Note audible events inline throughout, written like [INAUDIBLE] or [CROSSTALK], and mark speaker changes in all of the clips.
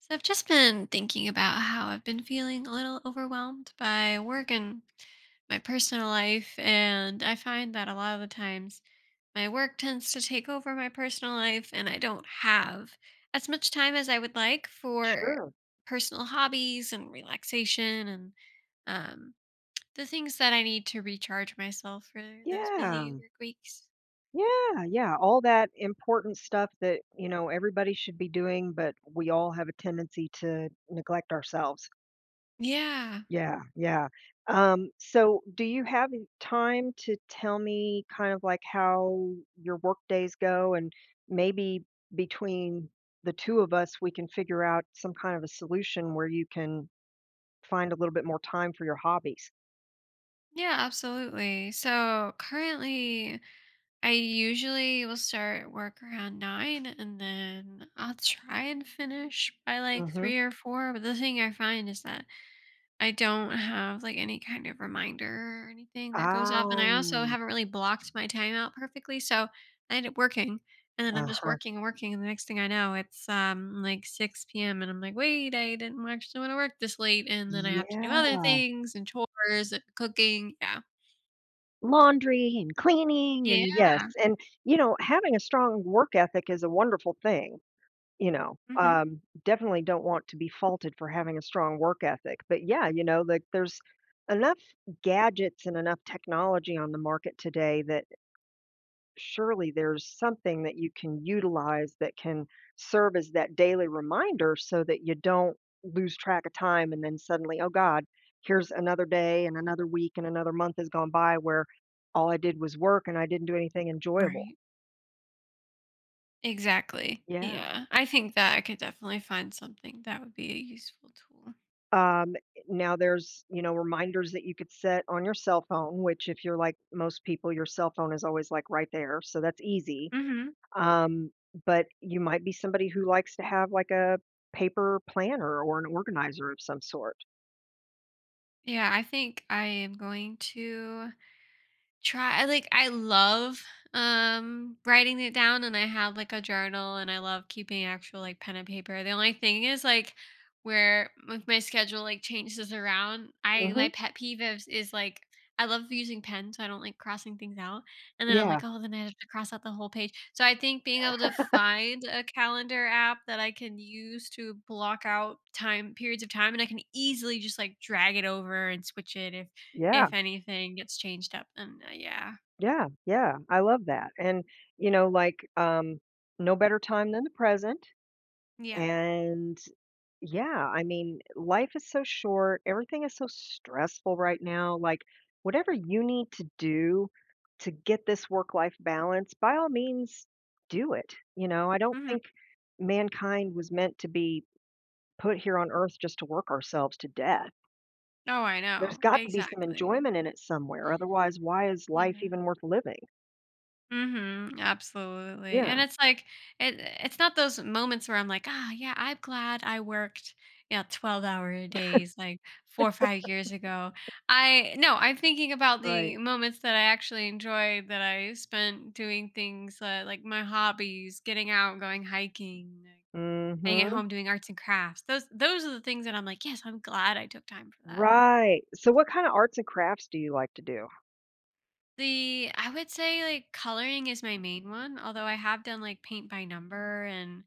Speaker 1: So I've just been thinking about how I've been feeling a little overwhelmed by work and my personal life. And I find that a lot of the times my work tends to take over my personal life, and I don't have as much time as I would like for
Speaker 2: Sure.
Speaker 1: personal hobbies and relaxation and um, the things that I need to recharge myself for those busy
Speaker 2: Yeah.
Speaker 1: work weeks.
Speaker 2: Yeah, yeah, all that important stuff that, you know, everybody should be doing, but we all have a tendency to neglect ourselves.
Speaker 1: Yeah,
Speaker 2: Yeah, yeah. So do you have any time to tell me kind of like how your work days go and maybe between the 2 of us, we can figure out some kind of a solution where you can find a little bit more time for your hobbies?
Speaker 1: yeah, absolutely. So currently, I usually will start work around 9 and then I'll try and finish by like
Speaker 2: Mhm.
Speaker 1: 3 or 4. But the thing I find is that I don't have like any kind of reminder or anything that goes off. And
Speaker 2: Ah.
Speaker 1: I also haven't really blocked my time out perfectly. So I end up working and then I'm just
Speaker 2: Uh-huh.
Speaker 1: working and working. And the next thing I know, it's like 6 p.m. And I'm like, wait, I didn't actually want to work this late. And then I have to do other
Speaker 2: Yeah.
Speaker 1: things and chores and cooking. Yeah.
Speaker 2: Laundry and cleaning
Speaker 1: Yeah.
Speaker 2: and yes, and, you know, having a strong work ethic is a wonderful thing, you know,
Speaker 1: Hmm.
Speaker 2: definitely don't want to be faulted for having a strong work ethic, but yeah, you know, like, there's enough gadgets and enough technology on the market today that surely there's something that you can utilize that can serve as that daily reminder so that you don't lose track of time and then suddenly, oh God, here's another day and another week and another month has gone by where all I did was work and I didn't do anything enjoyable.
Speaker 1: Right. Exactly.
Speaker 2: Yeah.
Speaker 1: Yeah. I think that I could definitely find something that would be a useful tool.
Speaker 2: Um, Now there's, you know, reminders that you could set on your cell phone, which if you're like most people, your cell phone is always like right there. So that's easy.
Speaker 1: Mhm.
Speaker 2: Um, but you might be somebody who likes to have, like, a paper planner or an organizer of some sort.
Speaker 1: Yeah, I think I am going to try like, I love, writing it down, and I have, like, a journal, and I love keeping actual, like, pen and paper. The only thing is, like, where with my schedule, like, changes around, I
Speaker 2: Mhm.
Speaker 1: my pet peeve is, like, I love using pen, so I don't like crossing things out, and then I'm
Speaker 2: Yeah.
Speaker 1: like, "Oh, then I have to cross out the whole page." So I think being able to find a calendar app that I can use to block out time periods of time, and I can easily just, like, drag it over and switch it if
Speaker 2: Yeah.
Speaker 1: if anything gets changed up, then, yeah.
Speaker 2: Yeah. Yeah, I love that, and, you know, like, no better time than the present,
Speaker 1: Yeah.
Speaker 2: and yeah, I mean, life is so short, everything is so stressful right now, like, whatever you need to do to get this work-life balance, by all means, do it, you know? I don't
Speaker 1: Mhm.
Speaker 2: think mankind was meant to be put here on earth just to work ourselves to death.
Speaker 1: Oh, I
Speaker 2: There's
Speaker 1: know.
Speaker 2: got to be some
Speaker 1: Exactly.
Speaker 2: enjoyment in it somewhere. Otherwise, why is life
Speaker 1: Yeah.
Speaker 2: even worth living?
Speaker 1: Mhm. Absolutely.
Speaker 2: Yeah,
Speaker 1: And it's like, it it's not those moments where I'm like, "Ah, yeah, I'm glad I worked, you know, 12-hour days, like, 4 or 5 years ago." I No, I'm thinking about
Speaker 2: right.
Speaker 1: the moments that I actually enjoyed that I spent doing things, like my hobbies, getting out, going hiking, like staying at
Speaker 2: Mhm.
Speaker 1: home doing arts and crafts. Those are the things that I'm like, "Yes, I'm glad I took time for that."
Speaker 2: Right. So what kind of arts and crafts do you like to do?
Speaker 1: The I would say, like, coloring is my main one, although I have done, like, paint by number and,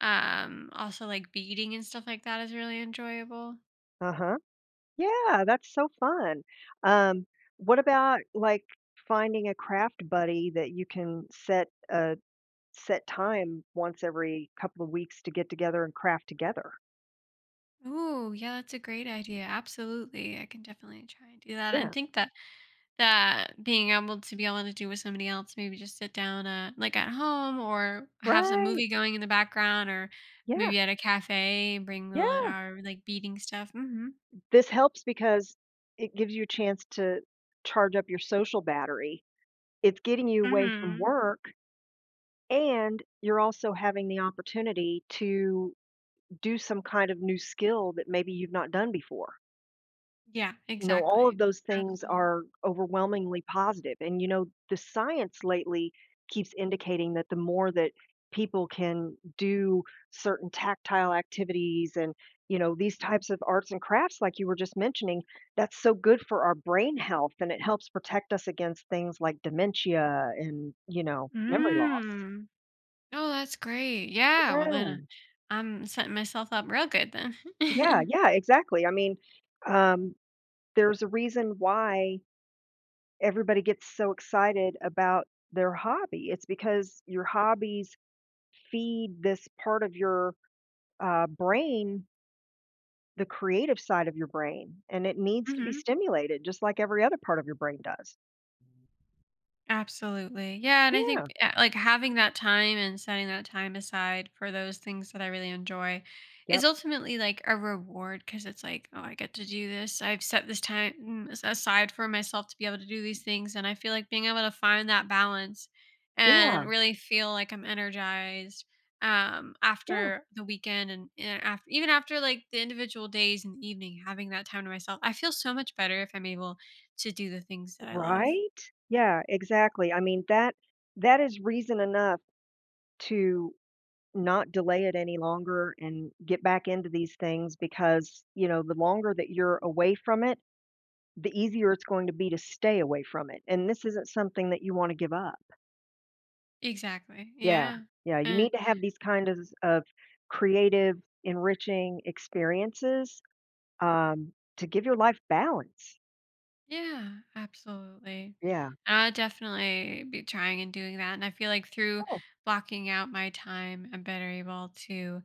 Speaker 1: also, like, beading and stuff like that is really enjoyable.
Speaker 2: Uh-huh. Yeah, that's so fun. Um, what about like finding a craft buddy that you can set a set time once every couple of weeks to get together and craft together?
Speaker 1: Ooh, yeah, that's a great idea, absolutely. I can definitely try and do that and
Speaker 2: Yeah.
Speaker 1: think that being able to do with somebody else, maybe just sit down, like at home or have some
Speaker 2: Right.
Speaker 1: movie going in the background or
Speaker 2: Yeah.
Speaker 1: maybe at a cafe and bring
Speaker 2: Yeah.
Speaker 1: our like beading stuff. Mm hmm.
Speaker 2: This helps because it gives you a chance to charge up your social battery. It's getting you
Speaker 1: Mm
Speaker 2: away from
Speaker 1: hmm.
Speaker 2: work, and you're also having the opportunity to do some kind of new skill that maybe you've not done before.
Speaker 1: Yeah,
Speaker 2: You know, all of
Speaker 1: exactly.
Speaker 2: those things
Speaker 1: Absolutely.
Speaker 2: are overwhelmingly positive, and, you know, the science lately keeps indicating that the more that people can do certain tactile activities and, you know, these types of arts and crafts like you were just mentioning, that's so good for our brain health, and it helps protect us against things like dementia and, you know, memory loss.
Speaker 1: Mm. Oh, that's great. Yeah. Well, then
Speaker 2: Yeah.
Speaker 1: I'm setting myself up real good then.
Speaker 2: Yeah,
Speaker 1: [LAUGHS]
Speaker 2: yeah, exactly. I mean, um, there's a reason why everybody gets so excited about their hobby. It's because your hobbies feed this part of your brain, the creative side of your brain, and it needs to be
Speaker 1: Hmm.
Speaker 2: stimulated just like every other part of your brain does.
Speaker 1: Absolutely. Yeah, and I
Speaker 2: Yeah.
Speaker 1: think like having that time and setting that time aside for those things that I really enjoy is
Speaker 2: Yep.
Speaker 1: ultimately like a reward because it's like, oh, I get to do this. I've set this time aside for myself to be able to do these things, and I feel like being able to find that balance
Speaker 2: Yeah.
Speaker 1: and really feel like I'm energized
Speaker 2: Yeah.
Speaker 1: after the weekend, and after, even after like the individual days and the evening, having that time to myself. I feel so much better if I'm able to do the things that I love.
Speaker 2: Right. Yeah, exactly. I mean that is reason enough to not delay it any longer and get back into these things because you know the longer that you're away from it the easier it's going to be to stay away from it, and this isn't something that you wanna give up.
Speaker 1: Exactly.
Speaker 2: Yeah,
Speaker 1: Yeah.
Speaker 2: yeah, you
Speaker 1: Uh,
Speaker 2: need to have these kind of creative, enriching experiences, to give your life balance.
Speaker 1: yeah, absolutely.
Speaker 2: Yeah.
Speaker 1: I'll definitely be trying and doing that. And I feel like through
Speaker 2: Cool.
Speaker 1: blocking out my time, I'm better able to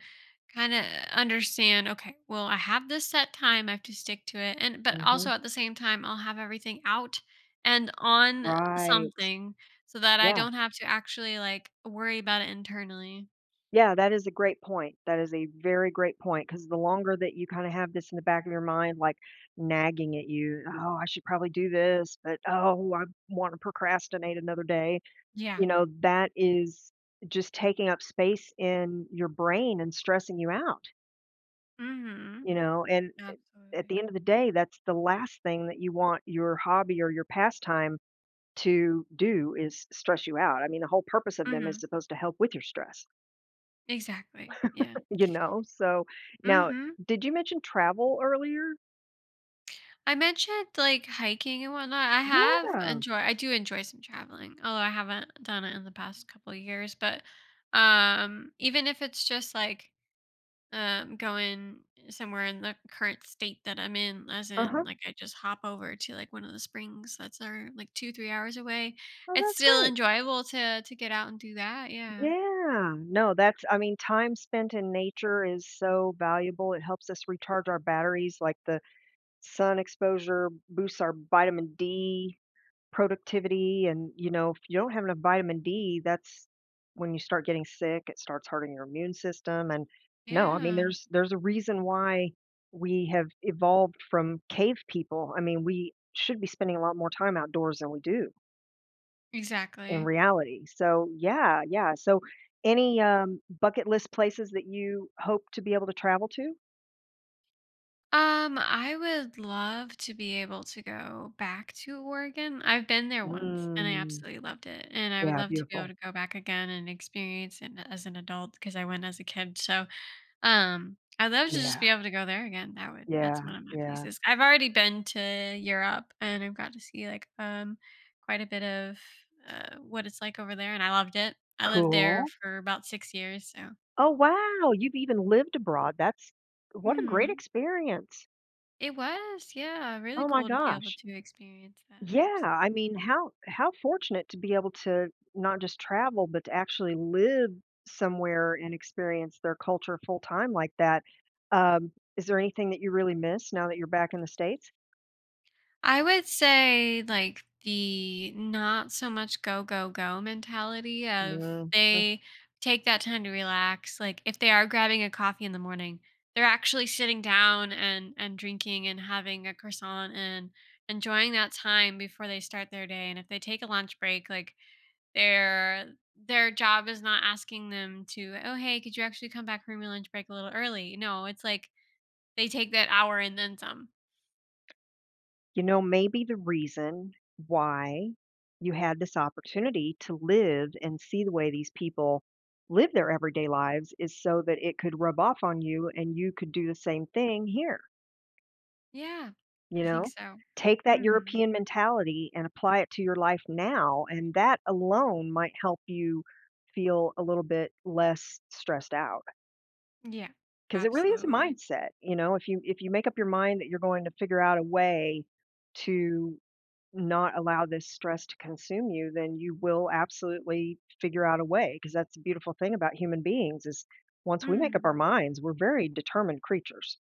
Speaker 1: kind of understand, okay, well, I have this set time, I have to stick to it. And but
Speaker 2: Mhm.
Speaker 1: also at the same time, I'll have everything out and on
Speaker 2: Right.
Speaker 1: something so that I
Speaker 2: Yeah.
Speaker 1: don't have to actually like worry about it internally.
Speaker 2: Yeah, that is a great point. That is a very great point because the longer that you kinda have this in the back of your mind, like, nagging at you, "Oh, I should probably do this, but, oh, I wanna procrastinate another day."
Speaker 1: Yeah.
Speaker 2: You know, that is just taking up space in your brain and stressing you out,
Speaker 1: Mhm.
Speaker 2: you know, and at
Speaker 1: Absolutely.
Speaker 2: the end of the day, that's the last thing that you want your hobby or your pastime to do is stress you out. I mean, the whole purpose of them is
Speaker 1: Mhm.
Speaker 2: supposed to help with your stress,
Speaker 1: Exactly. Yeah.
Speaker 2: [LAUGHS] you know? So now,
Speaker 1: Mhm.
Speaker 2: did you mention travel earlier?
Speaker 1: I mentioned like hiking and whatnot.
Speaker 2: Yeah.
Speaker 1: I do enjoy some traveling, although I haven't done it in the past couple of years. But even if it's just like going somewhere in the current state that I'm in, as
Speaker 2: Uh-huh.
Speaker 1: in like I just hop over to like one of the springs that's are like 2, 3 hours away.
Speaker 2: Oh,
Speaker 1: It's
Speaker 2: that's
Speaker 1: still
Speaker 2: great.
Speaker 1: enjoyable to get out and do that. Yeah.
Speaker 2: Yeah. No, that's, I mean, time spent in nature is so valuable. It helps us recharge our batteries, like the sun exposure boosts our vitamin D productivity. And, you know, if you don't have enough vitamin D, that's when you start getting sick, it starts hurting your immune system. And no, I mean,
Speaker 1: Yeah.
Speaker 2: there's a reason why we have evolved from cave people. I mean, we should be spending a lot more time outdoors than we do in
Speaker 1: Exactly.
Speaker 2: reality. So yeah, yeah. So any bucket list places that you hope to be able to travel to?
Speaker 1: I would love to be able to go back to Oregon. I've been there once and I
Speaker 2: Mm,
Speaker 1: absolutely loved it. And I would
Speaker 2: yeah,
Speaker 1: love to be able
Speaker 2: beautiful.
Speaker 1: to go back again and experience it as an adult because I went as a kid. So, I'd love to just
Speaker 2: Yeah,
Speaker 1: be able to go there again.
Speaker 2: yeah,
Speaker 1: That's one of my
Speaker 2: yeah.
Speaker 1: places. I've already been to Europe and I've got to see like quite a bit of what it's like over there and I loved it. I lived there
Speaker 2: Cool.
Speaker 1: for about 6 years, so.
Speaker 2: Oh, wow, you've even lived abroad, that's what a great
Speaker 1: Mhm.
Speaker 2: experience.
Speaker 1: It was, yeah, really
Speaker 2: Oh my
Speaker 1: cool to be able
Speaker 2: gosh.
Speaker 1: to experience that,
Speaker 2: Yeah, I mean,
Speaker 1: absolutely.
Speaker 2: how fortunate to be able to not just travel, but to actually live somewhere and experience their culture full time like that. Is there anything that you really miss now that you're back in the States?
Speaker 1: I would say, like, the not so much go, go, go mentality of
Speaker 2: Mm.
Speaker 1: they take that time to relax, like, if they are grabbing a coffee in the morning, they're actually sitting down and drinking and having a croissant and enjoying that time before they start their day, and if they take a lunch break, like, Their job is not asking them to, "Oh, hey, could you actually come back from your lunch break a little early?" No, it's like they take that hour and then some.
Speaker 2: You know, maybe the reason why you had this opportunity to live and see the way these people live their everyday lives is so that it could rub off on you and you could do the same thing here,
Speaker 1: Yeah,
Speaker 2: you
Speaker 1: I think
Speaker 2: know?
Speaker 1: so.
Speaker 2: Take that
Speaker 1: Mhm.
Speaker 2: European mentality and apply it to your life now, and that alone might help you feel a little bit less stressed out
Speaker 1: Yeah,
Speaker 2: because it really is a
Speaker 1: absolutely.
Speaker 2: mindset, you know? If you make up your mind that you're going to figure out a way to not allow this stress to consume you, then you will absolutely figure out a way because that's the beautiful thing about human beings is once we make up our
Speaker 1: Mhm.
Speaker 2: minds, we're very determined creatures,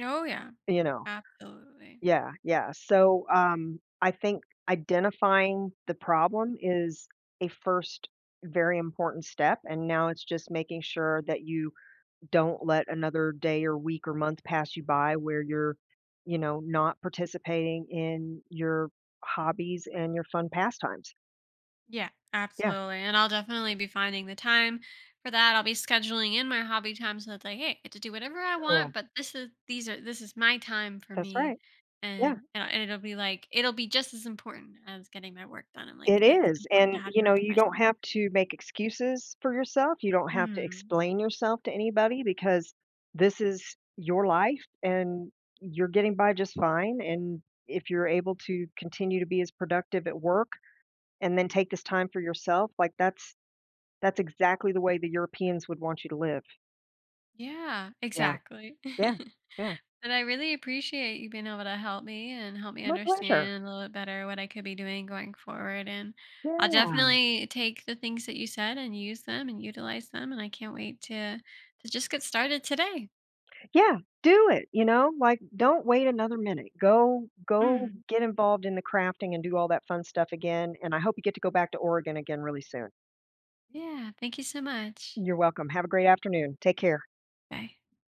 Speaker 1: Oh, yeah,
Speaker 2: you know.
Speaker 1: absolutely.
Speaker 2: Yeah, yeah. So I think identifying the problem is a first very important step and now it's just making sure that you don't let another day or week or month pass you by where you're you know not participating in your hobbies and your fun pastimes.
Speaker 1: Yeah,
Speaker 2: Yeah.
Speaker 1: absolutely. And I'll definitely be finding the time for that. I'll be scheduling in my hobby time so that's like, hey, I get to do whatever I want,
Speaker 2: Cool.
Speaker 1: but this is my time for
Speaker 2: That's
Speaker 1: me.
Speaker 2: right. Yeah,
Speaker 1: And it'll be just as important as getting my work done. I'm like
Speaker 2: it
Speaker 1: it's
Speaker 2: is, and,
Speaker 1: important to have
Speaker 2: you know,
Speaker 1: time for
Speaker 2: you don't
Speaker 1: myself.
Speaker 2: have to make excuses for yourself, you don't have to
Speaker 1: Mm,
Speaker 2: explain yourself to anybody because this is your life, and you're getting by just fine, and if you're able to continue to be as productive at work and then take this time for yourself, like, that's exactly the way the Europeans would want you to live.
Speaker 1: yeah,
Speaker 2: Yeah.
Speaker 1: exactly.
Speaker 2: Yeah.
Speaker 1: [LAUGHS]
Speaker 2: Yeah.
Speaker 1: And I really appreciate you being able to help me and help me
Speaker 2: My pleasure.
Speaker 1: understand a little bit better what I could be doing going forward. And I'll
Speaker 2: Yeah.
Speaker 1: definitely take the things that you said and use them and utilize them. And I can't wait to just get started today.
Speaker 2: Yeah, do it, you know? Like, don't wait another minute. Go
Speaker 1: Mm.
Speaker 2: get involved in the crafting and do all that fun stuff again, and I hope you get to go back to Oregon again really soon.
Speaker 1: Yeah. Thank you so much.
Speaker 2: You're welcome. Have a great afternoon. Take care.
Speaker 1: Bye.